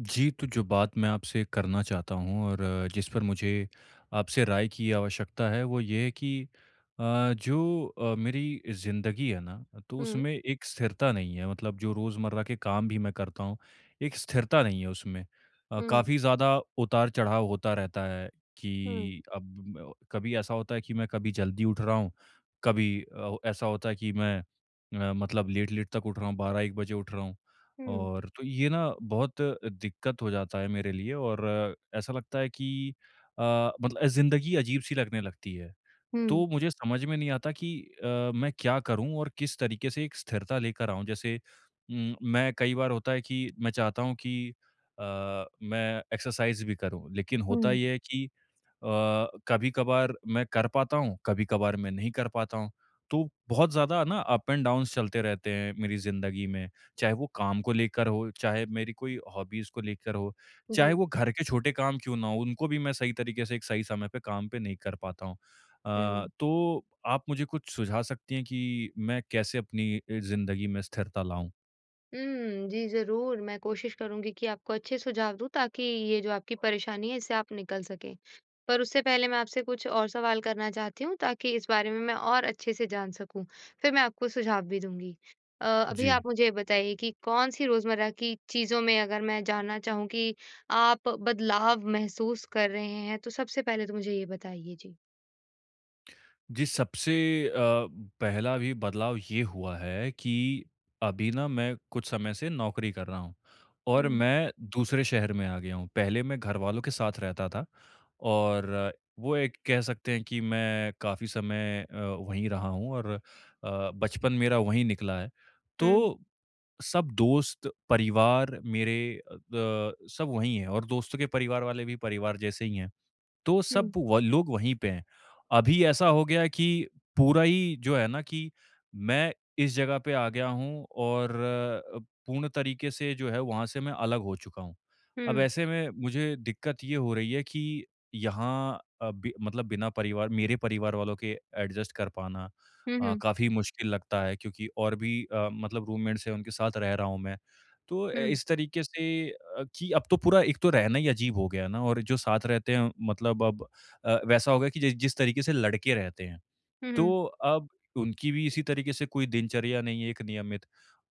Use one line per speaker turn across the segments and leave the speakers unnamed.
जी, तो जो बात मैं आपसे करना चाहता हूँ और जिस पर मुझे आपसे राय की आवश्यकता है, वो ये है कि जो मेरी ज़िंदगी है ना, तो
हुँ।
उसमें एक स्थिरता नहीं है। मतलब जो रोज़मर्रा के काम भी मैं करता हूँ, एक स्थिरता नहीं है उसमें।
हुँ।
काफ़ी ज़्यादा उतार-चढ़ाव होता रहता है
हुँ।
कि अब म कभी ऐसा होता है कि मैं कभी जल्दी उठ रहा हूँ, कभी ऐसा होता है कि मैं मतलब लेट-लेट तक उठ रहा हूँ, 12-1 बजे उठ रहा हूँ।
हुँ।
और तो ये ना बहुत दिक्कत हो जाता है मेरे लिए और ऐसा लगता है कि अ, मतलब ज़िंदगी अजीब-सी लगने लगती है।
हुँ।
तो मुझे समझ में नहीं आता कि अ, मैं क्या करूँ और किस तरीके से एक स्थिरता लेकर आऊँ? जैसे मैं कई बार होता है कि मैं चाहता हूँ कि अ, मैं एक्सरसाइज़ भी करूँ, लेकिन होता
हुँ।
ये है कि कभी-कभार मैं कर पाता हूँ, कभी-कभार मैं नहीं कर पाता हूँ। तो बहुत ज़्यादा ना अप एंड डाउन्स चलते रहते हैं मेरी ज़िंदगी में, चाहे वो काम को लेकर हो, चाहे मेरी कोई हॉबीज़ को लेकर हो, चाहे
जी।
वो घर के छोटे काम क्यों ना हो, उनको भी मैं सही तरीके से एक सही समय पे काम पे नहीं कर पाता हूँ।
हुँ।
तो आप मुझे कुछ सुझा सकती हैं कि मैं कैसे अपनी ज़िंदगी में स्थिरता लाऊँ?
हुँ, जी, ज़रूर, मैं कोशिश करूँगी कि आपको अच्छे सुझाव दूँ ताकि ये जो आपकी परेशानी है, इससे आप निकल सकें। पर उससे पहले मैं आपसे कुछ और सवाल करना चाहती हूँ ताकि इस बारे में मैं और अच्छे से जान सकूँ, फिर मैं आपको सुझाव भी दूँगी। अभी
जी।
आप मुझे ये बताइए कि कौन-सी रोज़मर्रा की चीज़ों में अगर मैं जानना चाहूँ कि आप बदलाव महसूस कर रहे हैं, तो सबसे पहले तो मुझे ये बताइए? जी।
जी, सबसे अ, पहला भी बदलाव ये हुआ है कि अभी ना मैं कुछ समय से नौकरी कर रहा हूँ और
हुँ।
मैं दूसरे शहर में आ गया हूँ। पहले मैं घरवालों के साथ रहता था और वो एक कह सकते हैं कि मैं काफ़ी समय वहीं रहा हूँ और बचपन मेरा वहीं निकला है।
हुँ।
तो सब दोस्त, परिवार मेरे अ, सब वहीं हैं और दोस्तों के परिवार वाले भी परिवार जैसे ही हैं। तो
हुँ।
सब व लोग वहीं पे हैं। अभी ऐसा हो गया कि पूरा ही जो है ना कि मैं इस जगह पे आ गया हूँ और पूर्ण तरीके से जो है वहाँ से मैं अलग हो चुका हूँ। अब
हुँ।
ऐसे में मुझे दिक्कत ये हो रही है कि यहाँ अ, बि मतलब बिना परिवार मेरे परिवार वालों के एडजस्ट कर पाना
हुँ। हुँ।
काफ़ी मुश्किल लगता है क्योंकि और भी मतलब रूममेट्स हैं उनके साथ रह रहा हूँ मैं। तो
हुँ।
इस तरीके से कि अब तो पूरा एक तो रहना ही अजीब हो गया ना और जो साथ रहते हैं मतलब अब वैसा हो गया कि जि जिस तरीके से लड़के रहते हैं।
हुँ। हुँ।
तो अब उनकी भी इसी तरीके से कोई दिनचर्या नहीं है एक नियमित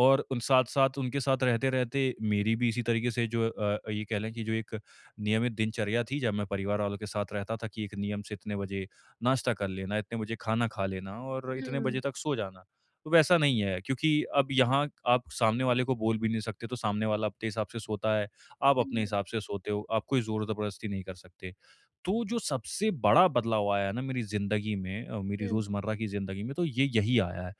और उन साथ-साथ उनके साथ रहते-रहते मेरी भी इसी तरीके से जो ये कह लें कि जो एक नियमित दिनचर्या थी जब मैं परिवार वालों के साथ रहता था कि एक नियम से इतने बजे नाश्ता कर लेना, इतने बजे खाना खा लेना और इतने
हुँ।
बजे तक सो जाना। तो वैसा नहीं है क्योंकि अब यहाँ आप सामने वाले को बोल भी नहीं सकते तो सामने वाला अपने हिसाब से सोता है, आप अपने
हुँ।
हिसाब से सोते हो, आप कोई ज़ोर-ज़बरदस्ती नहीं कर सकते। तो जो सबसे बड़ा बदलाव आया है ना मेरी ज़िंदगी में मेरी
हुँ।
रोज़मर्रा की ज़िंदगी में तो ये यही आया है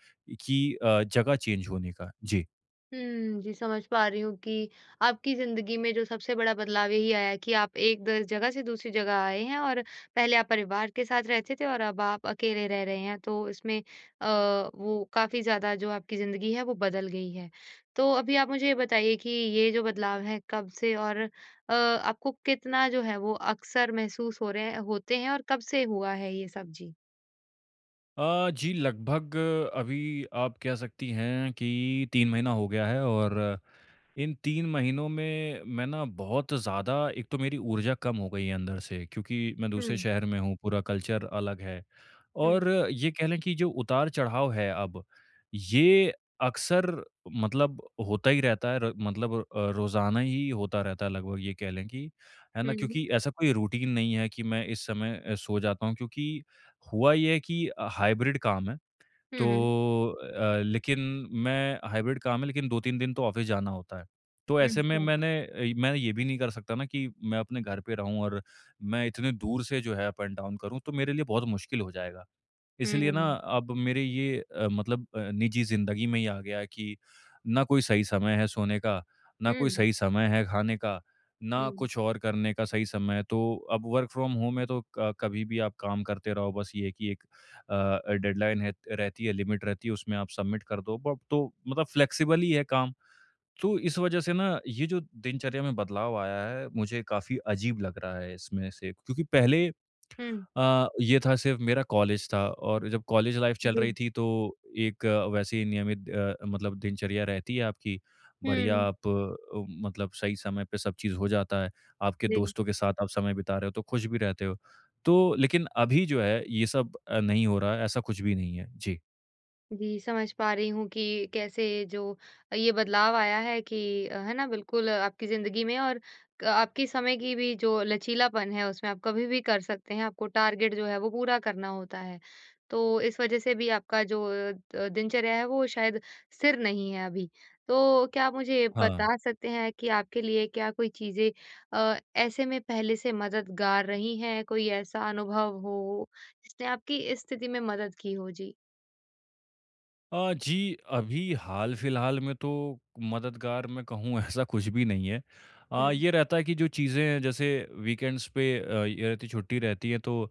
कि जगह चेंज होने का। जी।
हुँ। जी, समझ पा रही हूँ कि आपकी ज़िंदगी में जो सबसे बड़ा बदलाव यही आया है कि आप एक द जगह से दूसरी जगह आए हैं और पहले आप परिवार के साथ रहते थे और अब आप अकेले रह रहे हैं, तो इसमें वो काफ़ी ज़्यादा जो आपकी ज़िंदगी है, वो बदल गई है। तो अभी आप मुझे ये बताइए कि ये जो बदलाव है, कब से और आपको कितना जो है, वो अक्सर महसूस हो रहे हैं होते हैं और कब से हुआ है ये सब? जी।
जी लगभग अभी आप कह सकती हैं कि 3 महीना हो गया है और इन 3 महीनों में मैं ना बहुत ज़्यादा एक तो मेरी ऊर्जा कम हो गई है अंदर से क्योंकि मैं दूसरे
हुँ,
शहर में हूँ, पूरा कल्चर अलग है।
हुँ।
और ये कह लें कि जो उतार-चढ़ाव है अब, ये अक्सर मतलब होता ही रहता है र मतलब रोज़ाना ही होता रहता है लगभग ये कह लें कि, है
हुँ।
ना?
हुँ।
क्योंकि ऐसा कोई रूटीन नहीं है कि मैं इस समय सो जाता हूँ क्योंकि हुआ ये है कि हाइब्रिड काम है। तो अ, लेकिन मैं हाइब्रिड काम है लेकिन 2-3 दिन तो ऑफ़िस जाना होता है। तो
हुँ।
ऐसे में
हुँ।
मैं ये भी नहीं कर सकता ना कि मैं अपने घर पे रहूँ और मैं इतने दूर से जो है अप एंड डाउन करूँ, तो मेरे लिए बहुत मुश्किल हो जाएगा। इसलिए ना
हुँ।
अब मेरे ये, मतलब निजी ज़िंदगी में ही आ गया है कि ना कोई सही समय है सोने का, ना
हुँ।
कोई सही समय है खाने का, ना
हुँ।
कुछ और करने का सही समय है। तो अब वर्क फ्रॉम होम है तो क कभी भी आप काम करते रहो बस ये है कि एक डेडलाइन है रहती है, लिमिट रहती है उसमें आप सबमिट कर दो। ब तो मतलब फ्लेक्सिबल ही है काम। तो इस वजह से ना ये जो दिनचर्या में बदलाव आया है मुझे काफ़ी अजीब लग रहा है इसमें से क्योंकि पहले
हुँ।
ये था सिर्फ़ मेरा कॉलेज था और जब कॉलेज लाइफ़ चल
जी।
रही थी तो एक वैसे ही नियमित, मतलब दिनचर्या रहती है आपकी। बढ़िया
हुँ।
आप, मतलब सही समय पे सब चीज़ हो जाता है। आपके
जी।
दोस्तों के साथ आप समय बिता रहे हो तो खुश भी रहते हो। तो लेकिन अभी जो है ये सब नहीं हो रहा है, ऐसा कुछ भी नहीं है। जी।
जी, समझ पा रही हूँ कि कैसे जो ये बदलाव आया है कि है ना, बिल्कुल आपकी ज़िंदगी में और क आपके समय की भी जो लचीलापन है, उसमें आप कभी भी कर सकते हैं, आपको टारगेट जो है, वो पूरा करना होता है। तो इस वज़ह से भी आपका जो दिनचर्या है, वो शायद स्थिर नहीं है अभी। तो क्या आप मुझे
हाँ।
बता सकते हैं कि आपके लिए क्या कोई चीज़ें ऐसे में पहले से मददगार रही हैं? कोई ऐसा अनुभव हो, जिसने आपकी इस स्थिति में मदद की हो? जी।
जी, अभी हाल-फिलहाल में तो मददगार मैं कहूँ ऐसा कुछ भी नहीं है।
हुँ।
ये रहता है कि जो चीज़ें जैसे वीकेंड्स पे ये रहती छुट्टी रहती है तो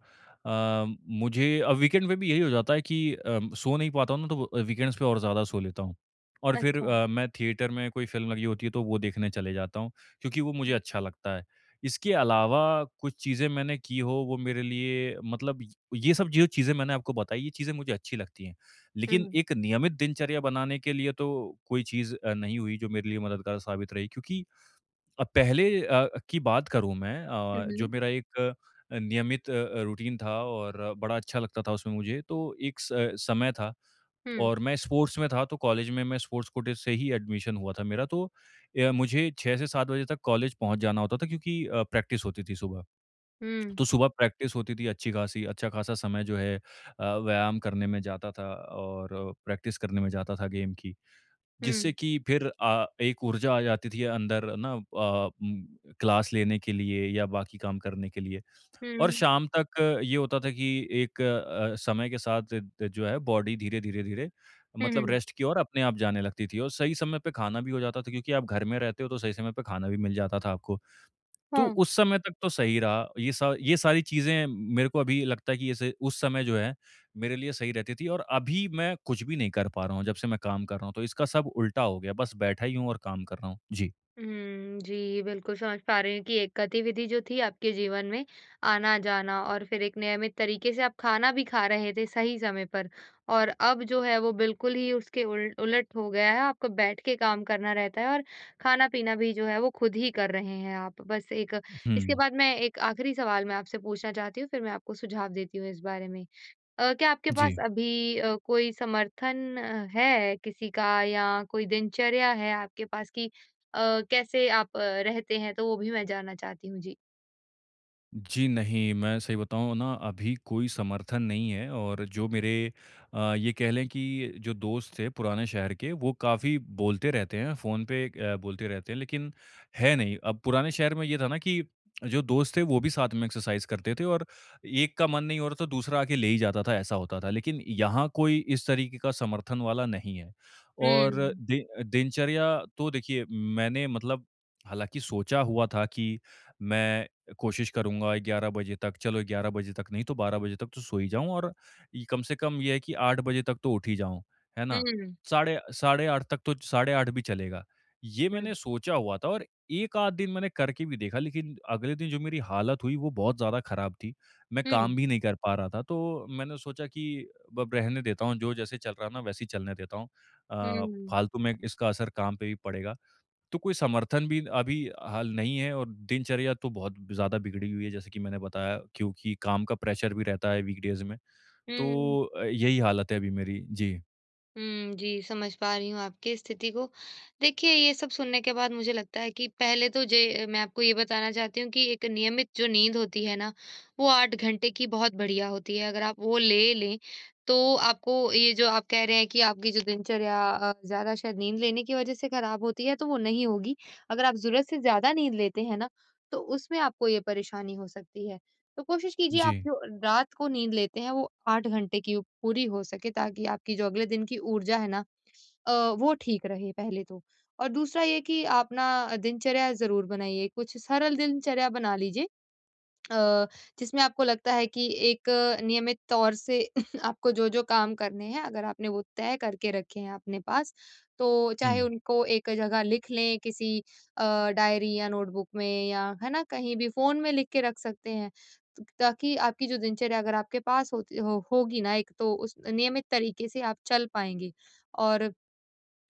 अ, मुझे अब वीकेंड पे भी यही हो जाता है कि सो नहीं पाता हूँ ना तो वीकेंड्स पे और ज़्यादा सो लेता हूँ। और फिर
अच्छा।
मैं थिएटर में कोई फ़िल्म लगी होती है तो वो देखने चले जाता हूँ, क्योंकि वो मुझे
हुँ।
अच्छा लगता है। इसके अलावा कुछ चीज़ें मैंने की हो वो मेरे लिए मतलब य ये सब जो चीज़ें मैंने आपको बताई ये चीज़ें मुझे अच्छी लगती हैं। लेकिन
हुँ।
एक नियमित दिनचर्या बनाने के लिए तो कोई चीज़ नहीं हुई जो मेरे लिए मददगार साबित रही क्योंकि पहले की बात करूँ मैं
हुँ।
अ, जो
हुँ।
मेरा एक नियमित रूटीन था और बड़ा अच्छा लगता था उसमें मुझे तो एक समय था
हुँ।
और मैं स्पोर्ट्स में था तो कॉलेज में मैं स्पोर्ट्स कोटे से ही एडमिशन हुआ था मेरा तो मुझे 6 से 7 बजे तक कॉलेज पहुँच जाना होता था क्योंकि प्रैक्टिस होती थी सुबह। तो सुबह प्रैक्टिस होती थी अच्छी खासी, अच्छा खासा समय जो है व्यायाम करने में जाता था और प्रैक्टिस करने में जाता था गेम की। जिससे
हुँ।
कि फिर एक ऊर्जा आ जाती थी अंदर ना, क्लास लेने के लिए या बाकी काम करने के लिए और
हुँ।
शाम तक ये होता था कि एक समय के साथ द जो है बॉडी धीरे, धीरे, धीरे
हुँ।
मतलब
हुँ।
रेस्ट की ओर अपने आप जाने लगती थी और सही समय पे खाना भी हो जाता था क्योंकि आप घर में रहते हो तो सही समय पे खाना भी मिल जाता था आपको। तो
हाँ।
उस समय तक तो सही रहा। ये सारी चीज़ें मेरे को अभी लगता है कि ऐसे उस समय जो है, मेरे लिए सही रहती थी और अभी मैं कुछ भी नहीं कर पा रहा हूँ, जब से मैं काम कर रहा हूँ। तो इसका सब उल्टा हो गया, बस बैठा ही हूँ और काम कर रहा हूँ। जी।
हुँ, जी, बिल्कुल समझ पा रही हूँ कि एक गतिविधि जो थी आपके जीवन में आना-जाना और फिर एक नियमित तरीके से आप खाना भी खा रहे थे सही समय पर और अब जो है वो बिल्कुल ही उसके उल उलट हो गया है, आपको बैठ के काम करना रहता है और खाना-पीना भी जो है वो खुद ही कर रहे हैं आप। बस एक। इसके
हुँ,
बाद मैं एक आखिरी सवाल मैं आपसे पूछना चाहती हूँ, फिर मैं आपको सुझाव देती हूँ इस बारे में। क्या आपके पास
जी।
अभी कोई समर्थन है किसी का या कोई दिनचर्या है आपके पास कि कैसे आप रहते हैं? तो वो भी मैं जानना चाहती हूँ। जी।
जी नहीं, मैं सही बताऊँ ना अभी कोई समर्थन नहीं है और जो मेरे ये कह लें कि जो दोस्त थे पुराने शहर के वो काफ़ी बोलते रहते हैं, फ़ोन पे बोलते रहते हैं लेकिन है नहीं। अब पुराने शहर में ये था ना कि जो दोस्त थे वो भी साथ में एक्सरसाइज़ करते थे और एक का मन नहीं हो रहा तो दूसरा आके ले ही जाता था, ऐसा होता था। लेकिन यहाँ कोई इस तरीके का समर्थन वाला नहीं है और
हुँ।
दि दिनचर्या तो देखिए मैंने मतलब हालाँकि सोचा हुआ था कि मैं कोशिश करूँगा 11 बजे तक, चलो 11 बजे तक नहीं तो 12 बजे तक तो सो ही जाऊँ और ये कम से कम ये है कि 8 बजे तक तो उठ ही जाऊँ, है
हुँ।
ना?
हुँ।
साढ़े साढ़े 8 तक तो साढ़े 8 भी चलेगा। ये
हुँ।
मैंने सोचा हुआ था और एक आध दिन मैंने करके भी देखा लेकिन अगले दिन जो मेरी हालत हुई वो बहुत ज़्यादा ख़राब थी। मैं
हुँ।
काम भी नहीं कर पा रहा था तो मैंने सोचा कि अब रहने देता हूँ, जो जैसे चल रहा है ना वैसे ही चलने देता हूँ। अ,
हुँ।
फालतू में इसका असर काम पे भी पड़ेगा। तो कोई समर्थन भी अभी हाल नहीं है और दिनचर्या तो बहुत ज़्यादा बिगड़ी हुई है जैसे कि मैंने बताया क्योंकि काम का प्रेशर भी रहता है वीकडेज़ में।
हुँ।
तो यही हालत है अभी मेरी। जी।
हुँ, जी, समझ पा रही हूँ आपकी स्थिति को। देखिए, ये सब सुनने के बाद मुझे लगता है कि पहले तो जे मैं आपको ये बताना चाहती हूँ कि एक नियमित जो नींद होती है ना, वो 8 घंटे की बहुत बढ़िया होती है। अगर आप वो ले लें, तो आपको ये जो आप कह रहे हैं कि आपकी जो दिनचर्या ज़्यादा शायद नींद लेने की वजह से खराब होती है, तो वो नहीं होगी। अगर आप ज़रूरत से ज़्यादा नींद लेते हैं ना, तो उसमें आपको ये परेशानी हो सकती है। तो कोशिश कीजिए आप
जी।
जो रात को नींद लेते हैं वो 8 घंटे की पूरी हो सके ताकि आपकी जो अगले दिन की ऊर्जा है ना, अ, वो ठीक रहे पहले तो। और दूसरा ये कि आप ना दिनचर्या ज़रूर बनाइए, कुछ सरल दिनचर्या बना लीजिए अ, जिसमें आपको लगता है कि एक नियमित तौर से, आपको जो-जो काम करने हैं, अगर आपने वो तय करके रखे हैं अपने पास, तो चाहे
हुँ,
उनको एक जगह लिख लें किसी डायरी या नोटबुक में या है ना, कहीं भी फ़ोन में लिख के रख सकते हैं। त ताकि आपकी जो दिनचर्या अगर आपके पास होती हो होगी ना एक तो उस नियमित तरीके से आप चल पाएँगे, और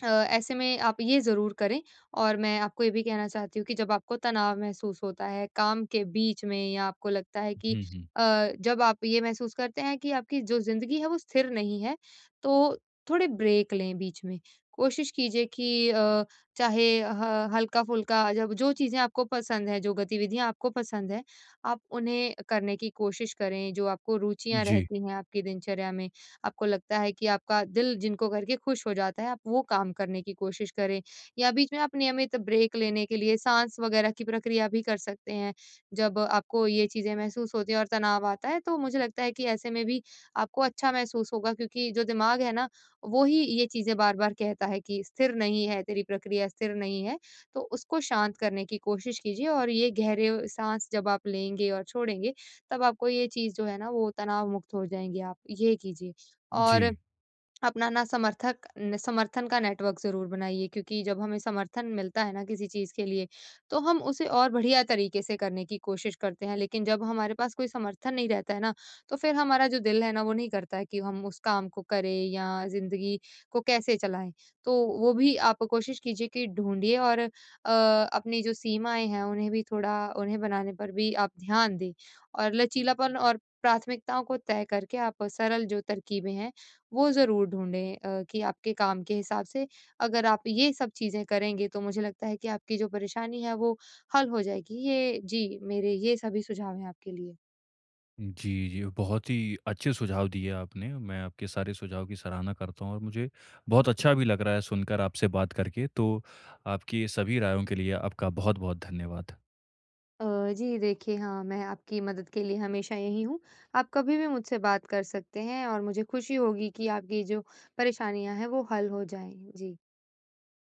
ऐसे में आप ये ज़रूर करें। और मैं आपको ये भी कहना चाहती हूँ कि जब आपको तनाव महसूस होता है काम के बीच में या आपको लगता है कि
हुँ, हुँ।
जब आप ये महसूस करते हैं कि आपकी जो ज़िंदगी है वो स्थिर नहीं है, तो थोड़े ब्रेक लें बीच में। कोशिश कीजिए कि चाहे ह हल्का-फुल्का, जब जो चीज़ें आपको पसंद हैं, जो गतिविधियाँ आपको पसंद हैं, आप उन्हें करने की कोशिश करें, जो आपको रुचियाँ
जी,
रहती हैं आपकी दिनचर्या में। आपको लगता है कि आपका दिल जिनको करके खुश हो जाता है, आप वो काम करने की कोशिश करें। या बीच में आप नियमित ब्रेक लेने के लिए साँस वगैरह की प्रक्रिया भी कर सकते हैं। जब आपको ये चीज़ें महसूस होती हैं और तनाव आता है, तो मुझे लगता है कि ऐसे में भी आपको अच्छा महसूस होगा क्योंकि जो दिमाग है ना, वो ही ये चीज़ें बार-बार कहता है कि स्थिर नहीं है, तेरी प्रक्रिया स्थिर नहीं है। तो उसको शांत करने की कोशिश कीजिए और ये गहरे साँस जब आप लेंगे और छोड़ेंगे, तब आपको ये चीज़ जो है ना, वो तनाव मुक्त हो जाएँगे आप। ये कीजिए।
जी।
और अपना ना समर्थक न समर्थन का नेटवर्क ज़रूर बनाइए क्योंकि जब हमें समर्थन मिलता है ना किसी चीज़ के लिए, तो हम उसे और बढ़िया तरीके से करने की कोशिश करते हैं। लेकिन जब हमारे पास कोई समर्थन नहीं रहता है ना, तो फिर हमारा जो दिल है ना वो नहीं करता है कि हम उस काम को करें या ज़िंदगी को कैसे चलाएँ। तो वो भी आप कोशिश कीजिए कि ढूँढिए, और अपनी जो सीमाएँ हैं उन्हें भी थोड़ा उन्हें बनाने पर भी आप ध्यान दें। और लचीलापन और प्राथमिकताओं को तय करके आप सरल जो तरकीबें हैं वो ज़रूर ढूँढें कि आपके काम के हिसाब से अगर आप ये सब चीज़ें करेंगे तो मुझे लगता है कि आपकी जो परेशानी है वो हल हो जाएगी। ये जी, मेरे ये सभी सुझाव हैं आपके लिए।
जी, जी। बहुत ही अच्छे सुझाव दिए आपने। मैं आपके सारे सुझाव की सराहना करता हूँ और मुझे बहुत अच्छा भी लग रहा है सुनकर आपसे बात करके। तो आपकी सभी रायों के लिए आपका बहुत-बहुत धन्यवाद।
अ, जी देखिए, हाँ, मैं आपकी मदद के लिए हमेशा यहीं हूँ। आप कभी भी मुझसे बात कर सकते हैं और मुझे खुशी होगी कि आपकी जो परेशानियाँ हैं वो हल हो जाएँ। जी।